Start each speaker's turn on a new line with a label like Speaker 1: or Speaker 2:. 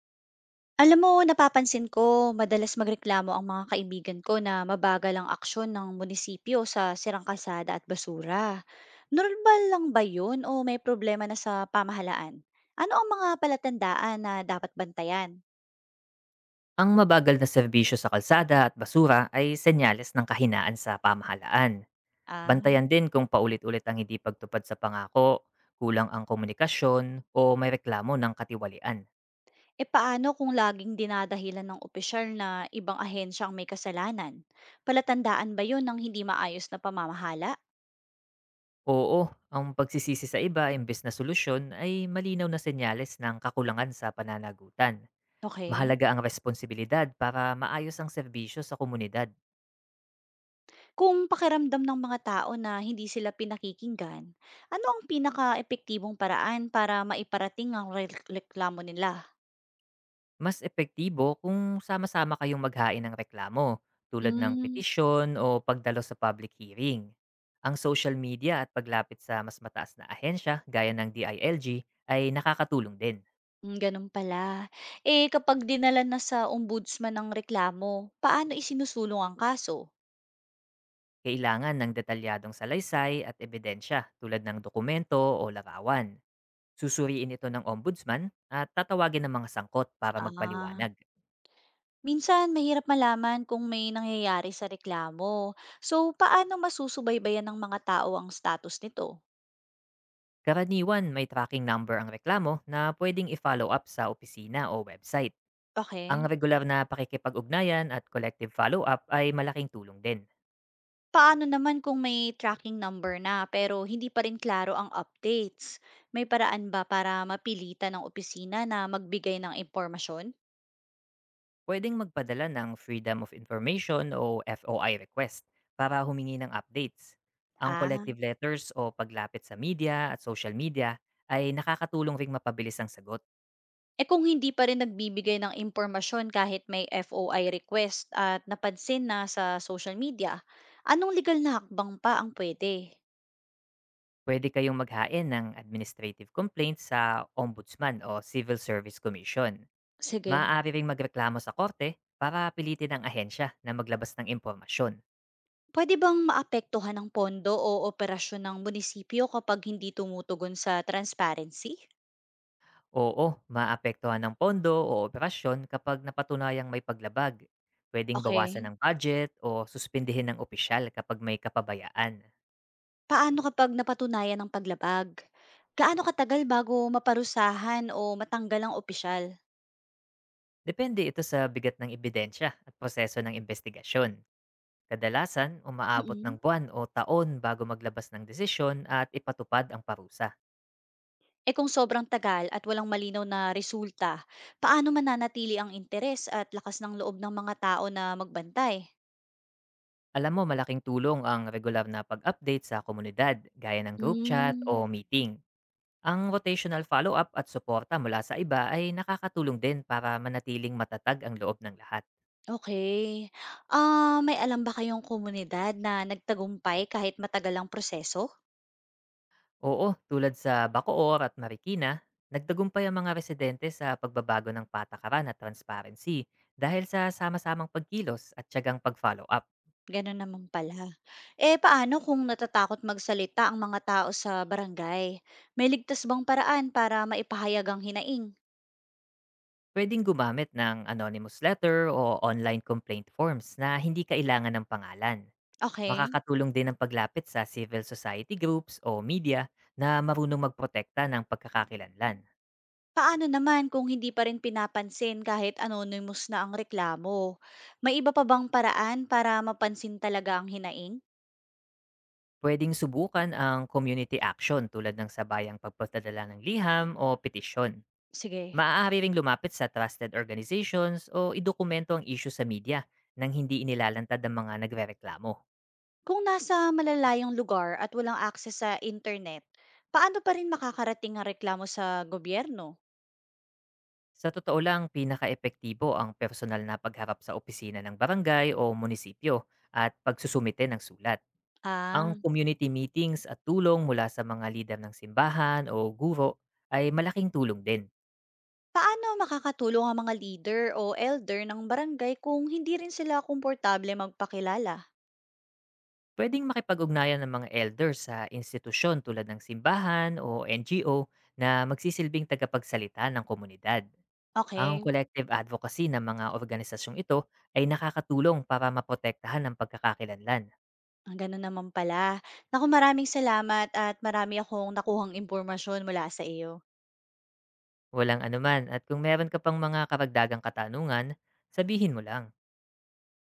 Speaker 1: Alam mo, napapansin ko, madalas magreklamo ang mga kaibigan ko na mabagal ang aksyon ng munisipyo sa sirang kalsada at basura. Normal lang ba yun o may problema na sa pamahalaan? Ano ang mga palatandaan na dapat bantayan?
Speaker 2: Ang mabagal na serbisyo sa kalsada at basura ay senyales ng kahinaan sa pamahalaan.
Speaker 1: Ah,
Speaker 2: Bantayan din kung paulit-ulit ang hindi pagtupad sa pangako, kulang ang komunikasyon, o may reklamo ng katiwalian.
Speaker 1: e paano kung laging dinadahilan ng opisyal na ibang ahensya ang may kasalanan? Palatandaan ba yun ng hindi maayos na pamamahala?
Speaker 2: Oo, ang pagsisisi sa iba imbes na solusyon ay malinaw na senyales ng kakulangan sa pananagutan.
Speaker 1: Okay.
Speaker 2: Mahalaga ang responsibilidad para maayos ang serbisyo sa komunidad.
Speaker 1: Kung pakiramdam ng mga tao na hindi sila pinakikinggan, ano ang pinaka-epektibong paraan para maiparating ang reklamo nila?
Speaker 2: Mas epektibo kung sama-sama kayong maghain ng reklamo, tulad ng
Speaker 1: Hmm,
Speaker 2: petisyon o pagdalo sa public hearing. Ang social media at paglapit sa mas mataas na ahensya gaya ng DILG ay nakakatulong din.
Speaker 1: ganun pala. Eh, kapag dinala na sa ombudsman ang reklamo, paano isinusulong ang kaso?
Speaker 2: Kailangan ng detalyadong salaysay at ebidensya tulad ng dokumento o larawan. Susuriin ito ng ombudsman at tatawagin ng mga sangkot para
Speaker 1: Ah,
Speaker 2: magpaliwanag.
Speaker 1: minsan mahirap malaman kung may nangyayari sa reklamo. So, paano masusubaybayan ng mga tao ang status nito?
Speaker 2: Karaniwan may tracking number ang reklamo na pwedeng i-follow up sa opisina o website. Ang
Speaker 1: Okay.
Speaker 2: regular na pakikipag-ugnayan at collective follow-up ay malaking tulong din.
Speaker 1: Paano naman kung may tracking number na pero hindi pa rin klaro ang updates? May paraan ba para mapilitan ng opisina na magbigay ng impormasyon?
Speaker 2: Pwedeng magpadala ng Freedom of Information o FOI request para humingi ng updates. Ang
Speaker 1: Ah,
Speaker 2: collective letters o paglapit sa media at social media ay nakakatulong ring mapabilis ang sagot.
Speaker 1: eh kung hindi pa rin nagbibigay ng impormasyon kahit may FOI request at napansin na sa social media, anong legal na hakbang pa ang pwede?
Speaker 2: Pwede kayong maghain ng administrative complaints sa Ombudsman o Civil Service Commission.
Speaker 1: Sige.
Speaker 2: Maaari ring magreklamo sa korte para pilitin ang ahensya na maglabas ng impormasyon.
Speaker 1: Pwede bang maapektuhan ng pondo o operasyon ng munisipyo kapag hindi tumutugon sa transparency?
Speaker 2: Oo, maapektuhan ng pondo o operasyon kapag napatunayang may paglabag. Pwedeng bawasan
Speaker 1: Okay.
Speaker 2: ng budget o suspindihin ng opisyal kapag may kapabayaan.
Speaker 1: Paano kapag napatunayan ang paglabag? Gaano katagal bago maparusahan o matanggal ang opisyal?
Speaker 2: Depende ito sa bigat ng ebidensya at proseso ng investigasyon. Kadalasan, umaabot ng
Speaker 1: Mm.
Speaker 2: buwan o taon bago maglabas ng desisyon at ipatupad ang parusa.
Speaker 1: Eh kung sobrang tagal at walang malinaw na resulta, paano mananatili ang interes at lakas ng loob ng mga tao na magbantay?
Speaker 2: Alam mo, malaking tulong ang regular na pag-update sa komunidad, gaya ng group chat
Speaker 1: Hmm,
Speaker 2: o meeting. Ang rotational follow-up at suporta mula sa iba ay nakakatulong din para manatiling matatag ang loob ng lahat.
Speaker 1: okay. Ah, may alam ba kayong komunidad na nagtagumpay kahit matagal ang proseso?
Speaker 2: Oo, tulad sa Bacoor at Marikina, nagtagumpay ang mga residente sa pagbabago ng patakaran at transparency dahil sa sama-samang pagkilos at tiyagang pag-follow-up.
Speaker 1: Gano'n naman pala. Eh, paano kung natatakot magsalita ang mga tao sa barangay? May ligtas bang paraan para maipahayag ang hinaing?
Speaker 2: Pwedeng gumamit ng anonymous letter o online complaint forms na hindi kailangan ng pangalan.
Speaker 1: Okay.
Speaker 2: Makakatulong din ang paglapit sa civil society groups o media na marunong magprotekta ng pagkakakilanlan.
Speaker 1: Paano naman kung hindi pa rin pinapansin kahit anonymous na ang reklamo? May iba pa bang paraan para mapansin talaga ang hinaing?
Speaker 2: Puwedeng subukan ang community action tulad ng sabayang pagpapadala ng liham o petisyon.
Speaker 1: Sige.
Speaker 2: Maaari ring lumapit sa trusted organizations o idokumento ang issue sa media nang hindi inilalantad ng mga nagrereklamo.
Speaker 1: Kung nasa malalayong lugar at walang akses sa internet, paano pa rin makakarating ang reklamo sa gobyerno?
Speaker 2: Sa totoo lang, pinaka-epektibo ang personal na pagharap sa opisina ng barangay o munisipyo at pagsusumite ng sulat. Ang
Speaker 1: Ah,
Speaker 2: community meetings at tulong mula sa mga lider ng simbahan o guro ay malaking tulong din.
Speaker 1: paano makakatulong ang mga leader o elder ng barangay kung hindi rin sila komportable magpakilala?
Speaker 2: Pwedeng makipag-ugnayan ng mga elders sa institusyon tulad ng simbahan o NGO na magsisilbing tagapagsalita ng komunidad. Ang
Speaker 1: Okay,
Speaker 2: collective advocacy ng mga organisasyong ito ay nakakatulong para maprotektahan ang pagkakakilanlan.
Speaker 1: ang ganun naman pala. Naku, maraming salamat at marami akong nakuhang impormasyon mula sa iyo.
Speaker 2: Walang anuman at kung meron ka pang mga karagdagang katanungan, sabihin mo lang.